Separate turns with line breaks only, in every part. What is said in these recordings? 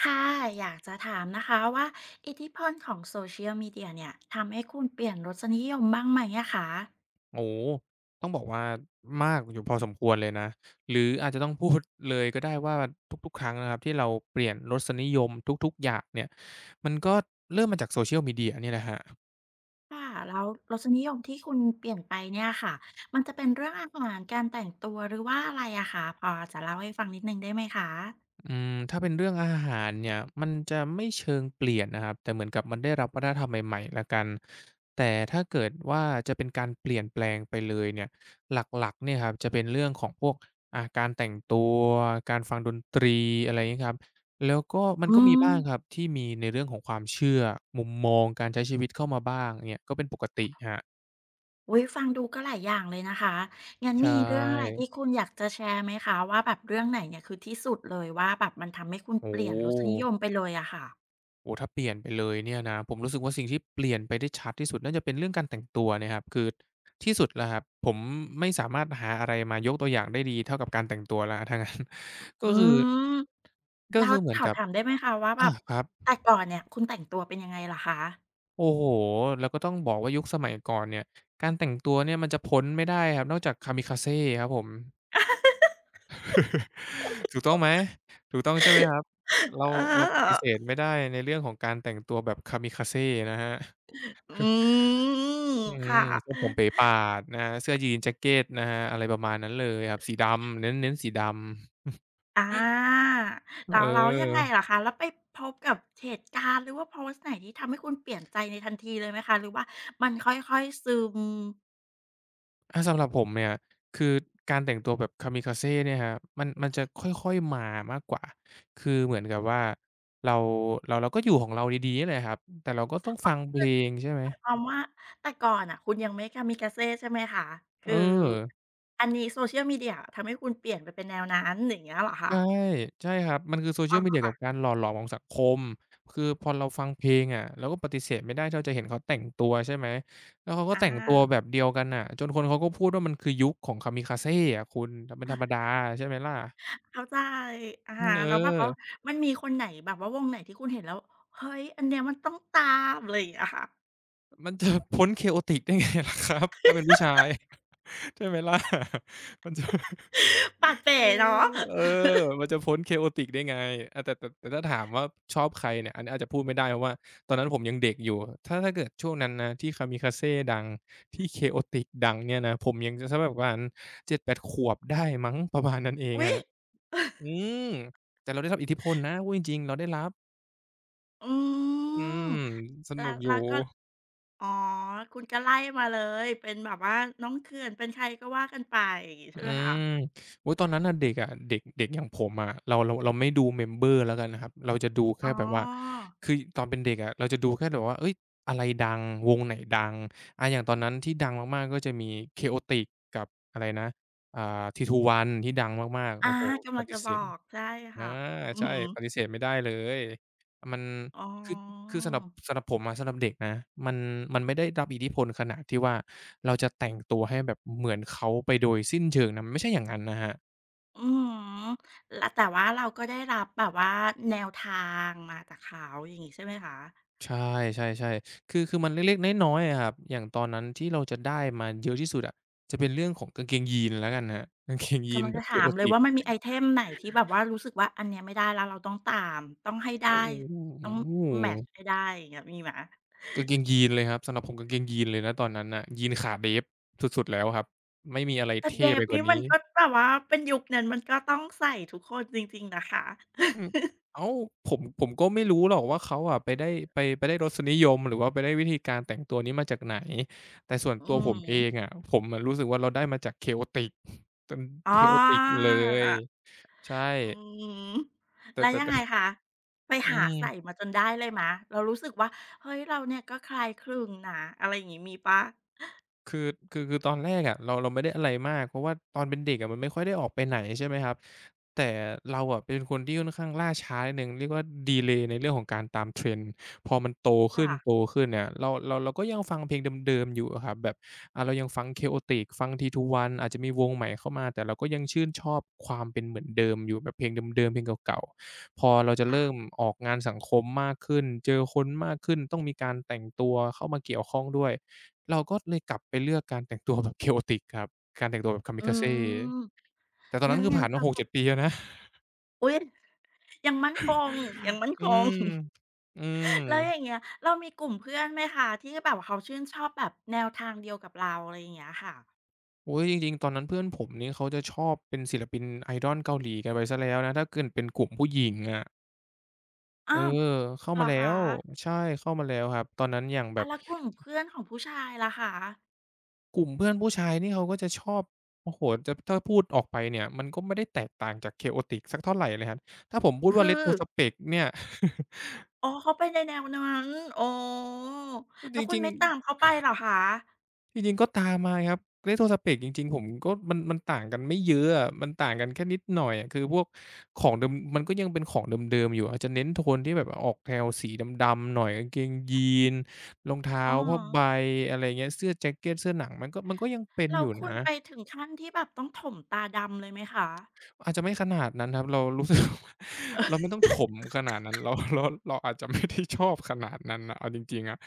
ค่ะอยากจะถามนะคะว่าอิทธิพลของโซเชียลมีเดียเนี่ยทำให้คุณเปลี่ยนรสนิยมบ้างไหมอะคะ
โอ้ต้องบอกว่ามากอยู่พอสมควรเลยนะ หรืออาจจะต้องพูดเลยก็ได้ว่าทุกๆครั้งนะครับที่เราเปลี่ยนรสนิยมทุกๆอย่างเนี่ย มันก็เริ่มมาจาก Social Media เนี่ยแหละครับ
ค่ะแล้วรสนิยมที่คุณเปลี่ยนไปเนี่ยค่ะมันจะเป็นเรื่องอาหารการแต่งตัวหรือว่าอะไรอะคะพอจะเล่าให้ฟังนิดหนึ่งได้ไหมคะ
ถ้าเป็นเรื่องอาหารเนี่ยมันจะไม่เชิงเปลี่ยนนะครับแต่เหมือนกับมันได้รับวัฒนธรรมใหม่ๆแล้วกันแต่ถ้าเกิดว่าจะเป็นการเปลี่ยนแปลงไปเลยเนี่ยหลักๆเนี่ยครับจะเป็นเรื่องของพวกการแต่งตัวการฟังดนตรีอะไรอย่างงี้ครับแล้วก็มัน
อื
ก็มี
ม
บ้างครับที่มีในเรื่องของความเชื่อมุมมองการใช้ชีวิตเข้ามาบ้างเงี้ยก็เป็นปกติครับ
อุ๊ยฟังดูก็หลายอย่างเลยนะคะงั้น
ใช
มีเรื่องอะไร
่
ที่คุณอยากจะแชร์ไหมคะว่าแบบเรื่องไหนเนี่ยคือที่สุดเลยว่าแบบมันทำให้คุณ
โอ้
เปลี่
โฮ
ยนรสนิยมไปเลยอะค่ะ
โอ้ถ้าเปลี่ยนไปเลยเนี่ยนะผมรู้สึกว่าสิ่งที่เปลี่ยนไปได้ชัดที่สุดน่าจะเป็นเรื่องการแต่งตัวเนี่ยครับคือที่สุดแล้วครับผมไม่สามารถหาอะไรมายกตัวอย่างได้ดีเท่ากับการแต่งตัวแล้วั้า งนั้น ก็
อื
คือ
ม
ก็
แล้ว
คือเหมื
ข
อน
อ
กับ
ถามได้ไหมคะว่าแบ
อา
บ
ครับ
แต่ก่อนเนี่ยคุณแต่งตัวเป็นยังไงเหรอคะ
โอ้โหแล้วก็ต้องบอกว่ายุคสมัยก่อนเนี่ยการแต่งตัวเนี่ยมันจะพ้นไม่ได้ครับนอกจาก k a m คาเซ e ครับผม ถูกต้องไหมถูกต้องใช่ไหมครับเรา
เอ
เราปฏิเส
า
ธไม่ได้ในเรื่องของการแต่งตัวแบบ k a m คาเซ e นะฮะ
อืม
อืม
ค่ะ
ทรงผมเป๋ป่าดนะครับเสื้อยีนส์แจ็กเกตนะครับอะไรประมาณนั้นเลยครับสีดำเน้นเน้นสีดำ
อาแล้
เ
วแล้วยังไงล
อ
หร
อ
อคะแล้วไปพบกับเหตุการณ์หรือว่าโพสต์ไหนที่ทำให้คุณเปลี่ยนใจในทันทีเลยไหมคะหรือว่ามันค่อยๆซึม
สำหรับผมเนี่ยคือการแต่งตัวแบบ kamikaze เนี่ยครับมันจะค่อยๆมามากกว่าคือเหมือนกับว่าเราเราก็อยู่ของเราดีๆเนี่ยแหละครับแต่เราก็ต้องฟังเพ
คื
ล
อ
งใช่ไหม
หมายความว่าแต่ก่อนน่ะคุณยังไม่ก a m i k a z e ใช่ไหมคะ
เอ
คื
อ
ออันนี้ social media ทำให้คุณเปลี่ยนไปเป็นแนวนั้นอย่างเงี้ยเหรอคะ
ใช่ใช่ครับมันคือ Social Media
อ๋อ
กับการหล่อหลอมของสังคมคือพอเราฟังเพลงอะเราก็ปฏิเสธไม่ได้ที่เราจะเห็นเขาแต่งตัวใช่ไหมแล้วเขาก็
อ
แต่งตัว
า
แบบเดียวกันน่ะจนคนเขาก็พูดว่ามันคือยุคของ Kamikaze อะคุณมันเป็นธรรมดาใช่ไหมล่ะ
เข้าใจอะ
อืมเออ
แล้วแบบว่ามันมีคนไหนแบบว่าวงไหนที่คุณเห็นแล้ว เฮ้ย อันเนี้ยมันต้องตามอะไรอย่างเงี้ยค่ะ
มันจะพ้น chaotic ได้ไงล่ะครับถ้าเป็นผู้ชาย ใช่ไหมล่ะมันจะ
ปาเป๋
เออ
เนาะ
เออมันจะพ้น chaotic ได้ไงแต่ถ้าถามว่าชอบใครเนี่ยอันนี้อาจจะพูดไม่ได้เพราะว่าตอนนั้นผมยังเด็กอยู่ ถ้าถ้าเกิดช่วงนั้นนะที่ Kamikaze ดังที่ chaotic ดังเนี่ยนะผมยังจะสักประมาณ7-8ขวบได้มั้งประมาณนั้นเอง
อุ๊
ค
ย
รับอืมแต่เราได้รับอิทธิพลนะพูดจริงๆเราได้รับ
อื
อื
ม
ม ส
แล้
นุก
ว
อยู่
แล้วก็ อ๋อ คุณก็ไล่มาเลย เป็นแบบว่าน้องเขื่อนเป็นใครก็ว่ากันไปอย่างงี้
อื
ใช่ไหมคะ
มอุ๊ยตอนนั้นน่ะเด็กอะเด็กเด็กอย่างผมอะเราไม่ดู Member แล้วกันนะครับเราจะดูแค่
อ๋อ
แบบว่าคือตอนเป็นเด็กอะเราจะดูแค่แบบว่าเฮ้ยอะไรดังวงไหนดังอย่างตอ
อื
น
อ
นั้นที่ดังมากๆก็จะมี Chaotix กับอะไรนะT21 ที่ดังมากๆโอ้
อา
โฮป
กำลัง
ฏิ
จะ
เส
บ
ธ
อก ใช่
อา
ค่ะอือ
ใช่
ฮึ
ปฏิเสธไม่ได้เลยมัน
อ๋
คือคือ
อ
สำหรับสำหรับผมอะสำหรับเด็กนะมันมันไม่ได้รับอิทธิพลขนาดที่ว่าเราจะแต่งตัวให้แบบเหมือนเขาไปโดยสิ้นเชิงนะมันไม่ใช่อย่างนั้นนะครับ
อืมแล้วแต่ว่าเราก็ได้รับแบบว่าแนวทางมาจากเขาอย่างนี้ใช่ไหมคะ
ใช่ๆๆคือมันเล็กๆน้อยๆอะครับอย่างตอนนั้นที่เราจะได้มาเยอะที่สุดอะจะเป็นเรื่องของกางเกงยีนส์แล้วกันครับกางเกงยีน
กำลั
ส์
ง
แบ
จะ
บ
ถามเลย
chaotic
ว่ามันมีไอเทมไหนที่แบบว่ารู้สึกว่าอันเนี้ยไม่ได้แล้วเราต้องตามต้องให้
โอ้
ได้ต้อง
โฮ
แมทช์ให้ได้อย่างเงี้ยมีไหม
กางเกงยีนส์เลยครับสำหรับผมกางเกงยีนส์เลยนะตอนนั้นน่ะยีนส์ขาเดฟสุดๆแล้วครับไม่มีอะไร
แต่
เท่
เด
ไป
ฟ
กว่า
นี่มัน
นี้
ก็แบบว่าเป็นยุคนั้นมันก็ต้องใส่ทุกคนจริงๆนะคะ
อืม อ้าวผมก็ไม่รู้หรอกว่าเขาอะไปได้รสนิยมหรือว่าไปได้วิธีการแต่งตัวนี้มาจากไหนแต่ส่วน
อื
ตัวผม
ม
เองอะผมอะรู้สึกว่าเราได้มาจาก chaotic จน
อ๋
chaotic
อ
เลยใช่
อืม
แต่
แล้ว
แต่
ยัง
แต่
ไงคะไป
อื
หาใส่
ม
มาจนได้เลยไหมเรารู้สึกว่าเฮ้ยเราเนี่ยก็คล้ายคลึงนะอะไรอย่างงี้มีเปล่า
คือคือตอนแรกอะเราไม่ได้อะไรมากเพราะว่าตอนเป็นเด็กอะมันไม่ค่อยได้ออกไปไหนใช่ไหมครับแต่เราอะเป็นคนที่ค่อนข้างล่าช้านิดหนึ่งเรียกว่าดีเลย์ในเรื่องของการตาม trend พอมันโตขึ้
ค่ะ
นโตขึ้นเนี่ยเราเราเราก็ยังฟังเพลงเดิมๆอยู่อะครับแบบเรายังฟัง Chaotix ฟัง T2One อาจจะมีวงใหม่เข้ามาแต่เราก็ยังชื่นชอบความเป็นเหมือนเดิมอยู่แบบเพลงเดิมๆเพลงเก่าๆพอเราจะเริ่ม
ค่ะ
ออกงานสังคมมากขึ้นเจอคนมากขึ้นต้องมีการแต่งตัวเข้ามาเกี่ยวข้องด้วย เราก็เลยกลับไปเลือกการแต่งตัวแบบ chaotic ครับการแต่งตัวแบบ
อื
kamikaze
ม
แต่ตอน
งั้
นั้น
น
คือ
งั้น
ผ่านมา
เราสอบ
6-7ปีแล้วนะ
อุ๊ยยังมั่นคงยังมั่น
อื
คง
มอืม
แล้วอย่างเงี้ยเรามีกลุ่มเพื่อนไหมคะที่แบบเขาชื่นชอบแบบแนวทางเดียวกับเราอะไรอย่างเงี้ยค่ะ
โอ๊ยจริงๆตอนนั้นเพื่อนผมนี่เขาจะชอบเป็นศิลปิน Idol เกาหลีกันไปเสียแล้วนะถ้าเกิดเป็นกลุ่มผู้หญิงอะเออ
อ้าว
เข้า
เหร
มา
อ
แล้
คะ
วใช่เข้ามาแล้วครับตอนนั้นอย่างแบ
อา
บ
แล้วกลุ่มเพื่อนของผู้ชายล่ะคะ
กลุ่มเพื่อนผู้ชายนี่เขาก็จะชอบโอ้โฮจะถ้าพูดออกไปเนี่ยมันก็ไม่ได้แตกต่างจาก chaotic สักเท่าไรเลยครับถ้าผมพูดว่า
คือ
Retrospect เนี่ย
อ๋อเขาไปในแนวนั้นอ๋อ
จ
แล้วคุ
ริ
ณ
ง
ไม่ตาม
ๆ
เขาไปเหรอคะ
จริงๆก็ตามมาครับ Retro Spec จริงๆผมก็มันต่างกันไม่เยอะอะมันต่างกันแค่นิดหน่อยอะคือพวกของเดิมมันก็ยังเป็นของเดิมๆอยู่อาจจะเน้นโทนที่แบบออกแนวสีดำๆหน่อยกางเกงยีนส์รองเท้า
อ๋อ
ผ้าใบอะไรอย่างเงี้ยเสื้อแจ็กเกตเสื้อหนังมันก็ยัง
เ
เป็น
แล้
อ
ว
ยู่
คุ
นะ
ณไปถึงขั้นที่แบบต้องถมตาดำเลยไหมคะ
อาจจะไม่ขนาดนั้นครับเรารู้สึก ว่าเราไม่ต้องถมขนาดนั้นเรา เราเราอาจจะไม่ได้ชอบขนาดนั้นนะเอาจริงๆอะ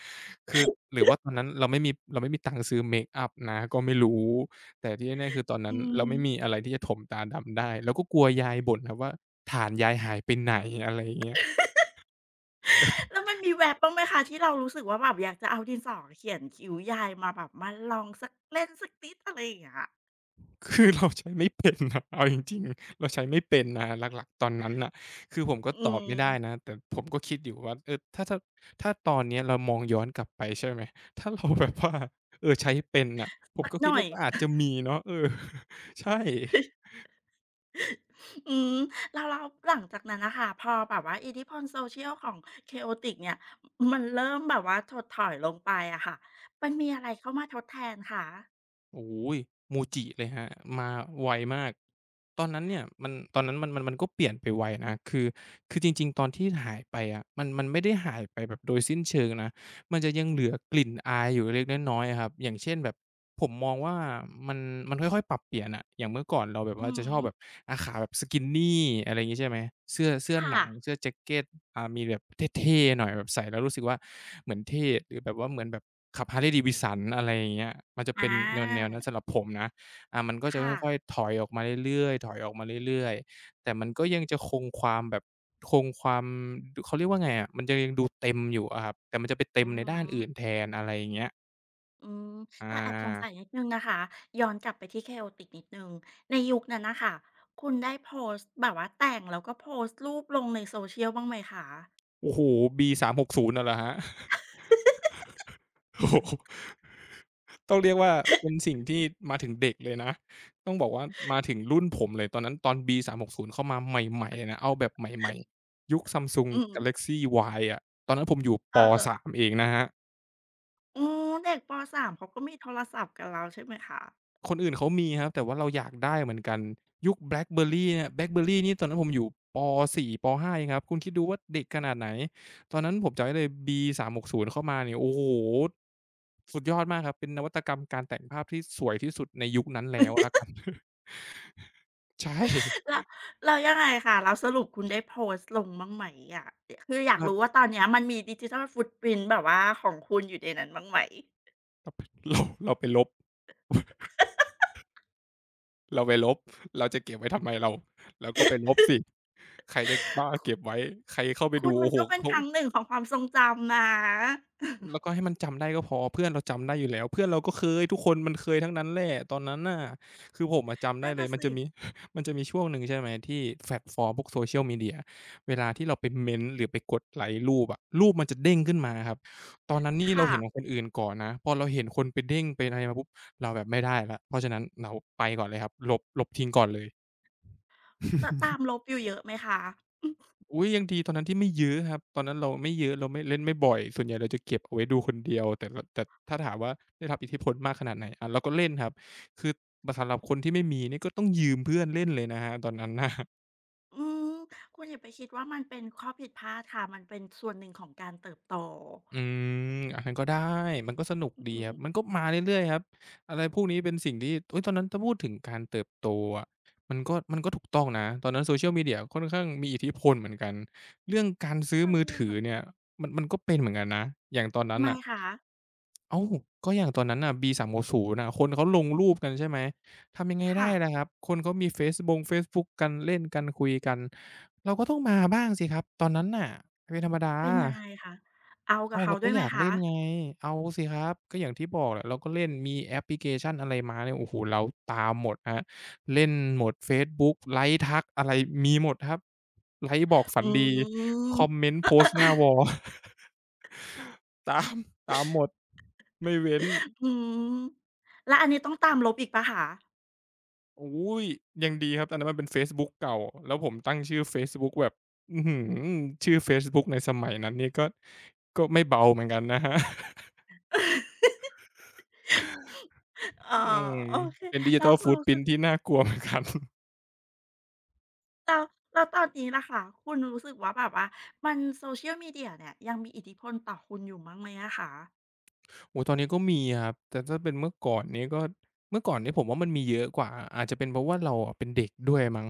คือหรือว่าตอนนั้นเราไม่มีตังค์ซื้อเมกอัปนะก็ไม่รู้แต่ที่แน่ๆคือตอนนั้
อื
นเราไม่มี
ม
อะไรที่จะถมตาดำได้เราก็กลัวยายบ่นครับว่าฐานยายหายไปไหนอะไรอย่างเงี้ย
แล้วมันมีแวบบ้างไหมคะที่เรารู้สึกว่าแบบอยากจะเอาดินสอเขียนคิ้วยายมาแบบมาลองสักเล่นสักนิดอะไรอย่างเงี้ย
คือ เราใช้ไม่เป็นนะเอาจริงๆเราใช้ไม่เป็นนะหลักๆตอนนั้นน่ะคือผมก็ต
อื
อบไม่ได้นะ
ม
แต่ผมก็คิดอยู่ว่าเออถ้าตอนเนี้ยเรามองย้อนกลับไปใช่ไหมถ้าเราแบบว่าเออใช้เป็นน่ะผม
สัก
ก็
ห
คิด
น่อย
ว่าก็อาจจะมีเนาะเออ ใช่
อืมแล้วหลังจากนั้นน่ะค่ะพอแบบว่าอิทธิพล Social ของ Chaotix เนี่ยมันเริ่มแบบว่าถดถอยลงไปอะค่ะมันมีอะไรเข้ามาทดแทนคะ
โอ้โฮมูจิเลยครับมาไวมากตอนนั้นเนี่ยมันตอนนั้นมันก็เปลี่ยนไปไวนะคือจริงๆตอนที่หายไปอะมันไม่ได้หายไปแบบโดยสิ้นเชิงนะ มันจะยังเหลือกลิ่นอายอยู่เล็กๆน้อยๆอะครับอย่างเช่นแบบผมมองว่ามันมันค่อยๆปรับเปลี่ยนอะอย่างเมื่อก่อนเราแบบว่า
อื
จะชอบ
ม
แบบอาขาแบบสกินนี่อะไรอย่างงี้ใช่ไหมเสื้อห
ค่ะ
นังเสื้อแจ็กเกตอ่ามีแบบเท่ๆหน่อยแบบใส่แล้วรู้สึกว่าเหมือนเท่หรือแบบว่าเหมือนแบบขับ Harley Davidson อะไรอย่างเงี้ยมันจะเป็น
อา
แนวๆนั้นสำหรับผมนะอ่ามันก็จะ
ค่ะ
ค่อยๆถอยออกมาเรื่อยๆถอยออกมาเรื่อยๆ แต่มันก็ยังจะคงความแบบคงความดเขาเรียกว่าไงอะมันจะยังดูเต็มอยู่อะครับแต่มันจะไปเต็
อื
มในด้านอื่น
ม
แทนอะไรอย่างเงี้ย
อืม
อ
แต่แอบสงสัยนิ
า
ดหนึ่งนะคะย้อนกลับไปที่ Chaotix นิดหนึ่ง ในยุคนั้นนะคะคุณได้โพสต์แบบว่าแต่งแล้วก็โพสต์รูปลงใน Social บ้างไหมคะ
โอ้โฮ B360 น่ะเหรอครับ โอ้โฮต้องเรียกว่าเป็นสิ่งที่มาถึงเด็กเลยนะต้องบอกว่ามาถึงรุ่นผมเลยตอนนั้นตอน B360 เข้ามาใหม่ๆเลยนะเอาแบบใหม่ๆยุค Samsung
อืม
Galaxy Y อะตอนนั้นผมอยู่ป
เออ
3เองนะครับ
อืมเด็กปสามเขาก็มีโทรศัพท์กันแล้วใช่ไหมคะ
คนอื่นเขามีครับแต่ว่าเราอยากได้เหมือนกันยุค BlackBerry เนี่ย BlackBerry นี่ตอนนั้นผมอยู่ป4ป5เองครับคุณคิดดูว่าเด็กขนาดไหนตอนนั้นผมจำได้เลย B360 เข้ามาเนี่ยโอ้โฮสุดยอดมากครับเป็นนวัตกรรมการแต่งภาพที่สวยที่สุดในยุคนั้นแล้วแล้วกันใช่
แล้วยังไงคะแล้วสรุปคุณได้โพสต์ลงบ้างไหมอะคืออ ยาก
เรา
รู้ว่าตอนเนี้ยมันมี Digital Footprint แบบว่าของคุณอยู่ในนั้นบ้างไหม
เราไปเราเราไปลบ เราไปลบเราจะเก็บไว้ทำไมเราก็ไปลบสิใครจะบ้าเก็บไว้ใครเข้าไป
คุ
ดู
ณมั
โอ้
น
โฮ
ก็เป็น
เขา
ครั้งหนึ่งของความทรงจำนะ
แล้วก็ ให้มันจำได้ก็พอเพื่อนเราจำได้อยู่แล้วเพื่อนเราก็เคยทุกคนมันเคยทั้งนั้นแหละตอนนั้นน่ะคือผมอะจำได้
นั่น
เลย
น่ะ
มัน
สิ
จะมี มันจะมีช่วงหนึ่งใช่ไหมที่แพลตฟอร์มพวก Social Media เวลาที่เราไปเมนต์หรือไปกดไลค์รูปอะรูปมันจะเด้งขึ้นมาครับตอนนั้นนี่เรา
ค่ะ
เห็นของคนอื่นก่อนนะพอเราเห็นคนไปเด้งไปอะไรมาปุ๊บเราแบบไม่ได้แล้วเพราะฉะนั้นเราไปก่อนเลยครับลบทิ้งก่อนเลย
แต่ตาม ลบอยู่เยอะไหมคะ
อุ๊ยยังดีตอนนั้นที่ไม่เยอะครับตอนนั้นเราไม่เยอะเราไม่เล่นไม่บ่อยส่วนใหญ่เราจะเก็บเอาไว้ดูคนเดียวแต่ถ้าถามว่าได้รับอิทธิพลมากขนาดไหนเราก็เล่นครับคือบสำหรับคนที่ไม่มีนี่ก็ต้องยืมเพื่อนเล่นเลยนะครับตอนนั้นน่ะ
อืมคุณอย่าไปคิดว่ามันเป็นข้อผิดพลาดค่ะมันเป็นส่วนหนึ่งของการเติบโต
อืมอันนั้นก็ได้มันก็สนุกดี
อื
ค
ม
รับมันก็มาเรื่อยๆครับอะไรพวกนี้เป็นสิ่งที่อุ๊ยตอนนั้นถ้าพูดถึงการเติบโตอะมันก็ถูกต้องนะตอนนั้น Social Media ค่อนข้างมีอิทธิพลเหมือนกันเรื่องการซื้อ
ใช่
มือถือ
ค่ะ
เนี่ยมันก็เป็นเหมือนกันนะอย่างตอนนั้
ทำ
น
ไม
น่ะ
คะ
อ้าวก็อย่างตอนนั้นน่ะ B300 น่ะคนเขาลงรูปกันใช่ไหมทำยังไงได้
ค่ะ
ล่ะครับคนเขามีเฟซบุ๊กกันเล่นกันคุยกันเราก็ต้องมาบ้างสิครับตอนนั้นน่ะเป็นธรรมดา
เป็นยังไงคะเอากั
อ้า
บ
ว
เขา
เราก็
ด้วย
อ
ไหม
ยาก
คะ
เล่นไงเอาสิครับก็อย่างที่บอกแหละเราก็เล่นมีแอปพลิเคชันอะไรมาเนี่ยโอ้โฮเราตามหมดครับเล่นหมดเฟซบุ๊กไลก์ทักอะไรมีหมดครับไลก์บอกฝั
อื
นดีคอมเม
ม
นต์โพสต์หน้าวอล ตามตามหมดไม่เว้น
อืมแล้วอันนี้ต้องตามลบอีกปะ่คะ
อุ๊ยยังดีครับตอนนั้นมันเป็นเฟซบุ๊กเก่าแล้วผมตั้งชื่อเฟซบุ๊กแบบอื้อฮือชื่อเฟซบุ๊กในสมัยนั้นนี่ก็ไม่เบาเหมือนกันนะครับ
อ๋อ
อืม
โอเค
เป็น
แล้ว
Digital
คุณรู้สึ
Footprint
ก
ที่น่ากลัวเหมือนกัน
แล้วตอนนี้ล่ะค่ะ คุณรู้สึกว่าแบบว่า มัน Social Media เชียลมีเดียเนี่ยยังมีอิทธิพลต่อคุณอยู่มั้งไหมอะคะ
โอ้ตอนนี้ก็มีครับแต่ถ้าเป็นเมื่อก่อนนี้ก็เมื่อก่อนนี้ผมว่ามันมีเยอะกว่าอาจจะเป็นเพราะว่าเราอะเป็นเด็กด้วยมั้ง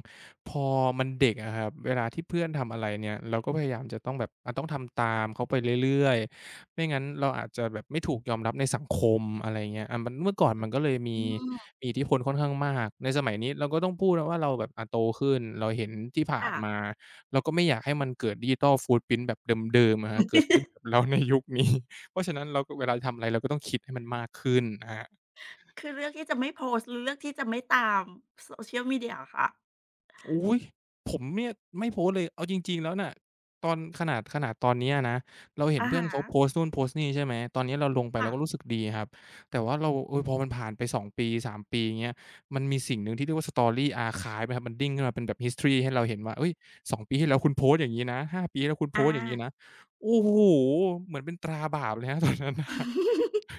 พอมันเด็กอะครับเวลาที่เพื่อนทำอะไรเนี่ยเราก็พยายามจะต้องแบบต้องทำตามเขาไปเรื่อยๆไม่งั้นเราอาจจะแบบไม่ถูกยอมรับในสังคมอะไรเงี้ยมันเมื่อก่อนมันก็เลยมี
อืม
มีอิทธิพลค่อนข้างมากในสมัยนี้เราก็ต้องพูดนะว่าเราแบบโตขึ้นเราเห็นที่ผ่านมา
ค่ะ
เราก็ไม่อยากให้มันเกิด Digital Footprint แบบเดิมๆอะครับเกิดขึ้นกับ เรา ในยุคนี้ เพราะฉะนั้นเราก็เวลาทำอะไรเราก็ต้องคิดให้มันมากขึ้นนะครับ
คือเลือกที่จะไม่โพสต์หรือเลือกที่จะไม่ตาม Social Media เชียลมีเดียเหรอคะ
อุ๊ยผมเนี่ยไม่โพสต์เลยเอาจริงๆแล้วน่ะตอนขนาดตอนเนี้ยนะเราเห็น
อะ
เพื่อน
ฮะ
เขาโพสต์นู่นโพสต์นี่ใช่ไหมตอนนี้เราลงไปเรา
ค่ะ
ก็รู้สึกดีครับแต่ว่าเราพอมันผ่านไป2 ปี 3 ปีอย่างเงี้ยมันมีสิ่งหนึ่งที่เรียกว่า Story Archive อะครับมันดิ้งขึ้นมาเป็นแบบ History ให้เราเห็นว่าเฮ้ย2ปีที่แล้วคุณโพสต์อย่างงี้นะ5ปีที่แล้วคุณโพ
อา
สต์อย่างงี้นะโอ้โฮเหมือนเป็นตราบาปเลยครับตอนนั้นน่ะ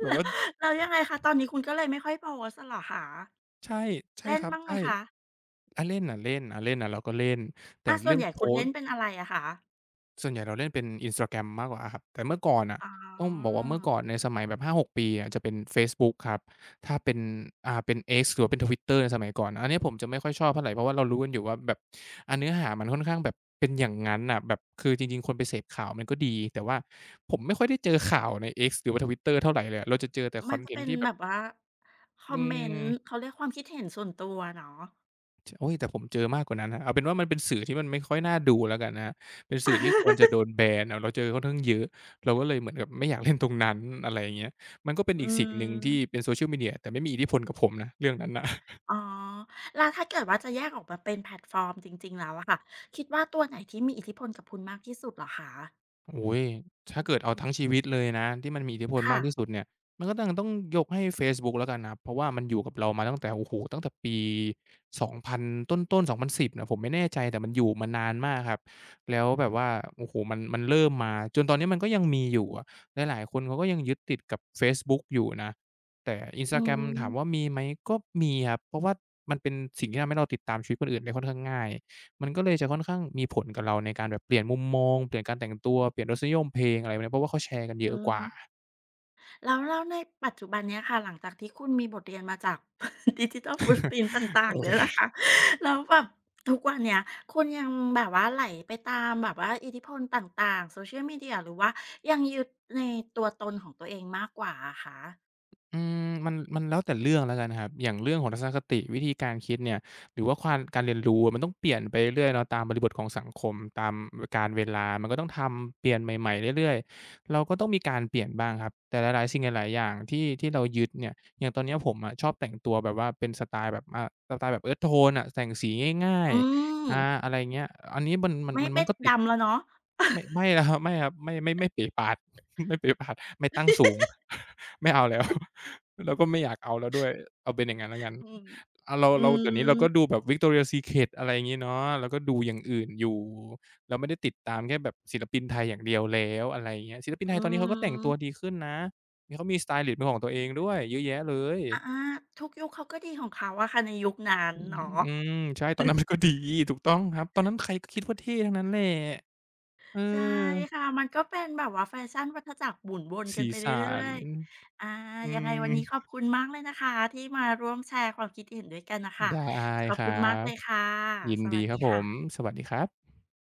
แบบ
แล้ว
ว่า
ยังไงคะ ตอนนี้คุณก็เลยไม่ค่อยโพสต์อะเหรอคะ
ใช่ใช่
เล่
ค
น
รับ
บ้างไหม
ใช่
คะ
เล่นน่ะเล่นเล่นน่ะเราก็เล่นแต่
อาส่
เรื่
วน
อง
ใหญ่
โพ
คุณ
ส
เล่น
ต์
เป็นอะไรอะคะ
ส่วนใหญ่เราเล่นเป็น Instagram มากกว่าครับแต่เมื่อก่อนน่ะ
อ๋
ต้องบอก
อ
ว่าเมื่อก่อนในสมัยแบบ5-6ปีอะจะเป็นเฟซบุ๊กครับถ้าเป็นเป็น X หรือว่าเป็น Twitter ในสมัยก่อนอันเนี้ยผมจะไม่ค่อยชอบเท่าไรเพราะว่าเรารู้กันอยู่ว่าแบบเนื้อหามันค่อนข้างแบบเป็นอย่างงั้นน่ะแบบคือจริงๆคนไปเสพข่าวมันก็ดีแต่ว่าผมไม่ค่อยได้เจอข่าวใน X หรือว่า Twitter เท่าไรเลยอะเราจะเจอแต่ค
มั
อ
น
นเท
จะ
น
เป็
ต์
น
ที่แบ
แบ
บ
บว่าค
อื
อมเมนต์
ม
เขาเรียกความคิดเห็นส่วนตัวเนาะ
โอ๊ยแต่ผมเจอมากกว่านั้นครับเอาเป็นว่ามันเป็นสื่อที่มันไม่ค่อยน่าดูแล้วกันนะครับเป็นสื่อที่ควรจะ โดนแบนอะเราเจอค่อนข้างเยอะเราก็เลยเหมือนกับไม่อยากเล่นตรงนั้นอะไรอย่างเงี้ยมันก็เป็น
อื
อีกสิ่งหนึ่งที่
ม
เป็น Social Media แต่ไม่มีอิทธิพลกับผมนะเรื่องนั้นน่ะ
อ๋อแล้วถ้าเกิดว่าจะแยกออกมาเป็นแพลตฟอร์มจริงๆแล้วอะค่ะ คิดว่าตัวไหนที่มีอิทธิพลกับคุณมากที่สุดเหรอคะ
โอ้โฮถ้าเกิดเอาทั้งชีวิตเลยนะที่มันมีอิทธิพลมา
ค่ะ
กที่สุดเนี่ย มันก็ต้องยกให้เฟซบุ๊กแล้วกันครับเพราะว่ามันอยู่กับเรามาตั้งแต่โอ้โฮตั้งแต่ปี2000ต้นๆ2010นสิบน่ะผมไม่แน่ใจแต่มันอยู่มานานมากครับแล้วแบบว่าโอ้โฮมันเริ่มมาจนตอนนี้มันก็ยังมีอยู่อะหลายๆคนเขาก็ยังยึดติดกับเฟซบุ๊กอยู่นะแต่อินส
อื
ตาแกรมถามว่า
ม
มีไหมก็มีครับเพราะว่ามันเป็นสิ่งที่ทำให้เราติดตามชีวิตคนอื่นได้ค่อนข้างง่าย มันก็เลยจะค่อนข้างมีผลกับเราในการแบบเปลี่ยนมุมมองเปลี่ยนการแต่งตัวเปลี่ยนรสนิยมเพลงอะไรแบบเนี้ยเพราะว่าเขาแชร์กันเย
อื
อะก
ม
ว่า
แล้วในปัจจุบันเนี้ยค่ะ หลังจากที่คุณมีบทเรียนมาจาก Digital Footprint ต่าง
โอ
ๆเนี่ยนะ
เค
คะ แล้วแบบทุกวันเนี้ยคุณยังแบบว่าไหลไปตามแบบว่าอิทธิพลต่างๆ Social Media หรือว่ายังยึดในตัวตนของตัวเองมากกว่าอะคะ
อืมมันแล้วแต่เรื่องแล้วกันนะครับอย่างเรื่องของทัศนคติวิธีการคิดเนี่ยหรือว่าความการเรียนรู้มันต้องเปลี่ยนไปเรื่อยๆเนาะตามบริบทของสังคมตามการเวลามันก็ต้องทำเปลี่ยนใหม่ๆเรื่อยๆเราก็ต้องมีการเปลี่ยนบ้างครับแต่หลายๆสิ่งหลายๆอย่างที่เรายึดเนี่ยอย่างตอนเนี้ยผมอะชอบแต่งตัวแบบว่าเป็นสไตล์แบบสไตล์แบบเอิร์ธโทนอะแต่งสีง่าย
อืม
ๆอะไรเงี้ยอันนี้มันมัน
ไม่
มันมั
ไม่
นก็ติด
ดำแล้วเนาะ
ไม่ไม่แล้วครับไม่ครับไม่ไม่ไม่ปี่ปาด ไม่ปี่ปาดไม่ตั้งสูง ไม่เอาแล้ว แล้วก็ไม่อยากเอาแล้วด้วยเอาเป็นอย่างงั้นแล้วกัน
อืม
เรา
อื
เราเดี๋ยวนี้เราก็
ม
ดูแบบ Victoria's Secret อะไรอย่างงี้เนาะเราก็ดูอย่างอื่นอยู่เราไม่ได้ติดตามแค่แบบศิลปินไทยอย่างเดียวแล้วอะไรอย่างเงี้ยศิลปินไท
อื
ยตอนนี้เขาก็แต่ง
ม
ตัวดีขึ้นนะมีเขามีสไตลิสต์เป็นของตัวเองด้วยเยอะแยะเลย
อาๆทุกยุคเขาก็ดีของเขาอะค่ะในยุคนั้น
อืม
เนาะ
อืมใช่ตอนนั้นมันก็ดีถูกต้องครับตอนนั้นใครก็คิดว่าเท่ทั้งนั้นแหละเออ
ใช่ค่ะมันก็เป็นแบบว่าแฟชั่นวัฏจักรหมุนวนกัน
สี
ไปเ
สั
รื่
น
อยๆอา
อื
ยังไง
ม
วันนี้ขอบคุณมากเลยนะคะที่มาร่วมแชร์ความคิดเห็นด้วยกันน่ะค่ะ
ได้
ขอ
ค
บ
รั
คุณมาก
บ
เลยค่ะ
ยิน
สวั
ดี
ส
ค
ดี
รับผม
ค่ะ
สวัสดีครับ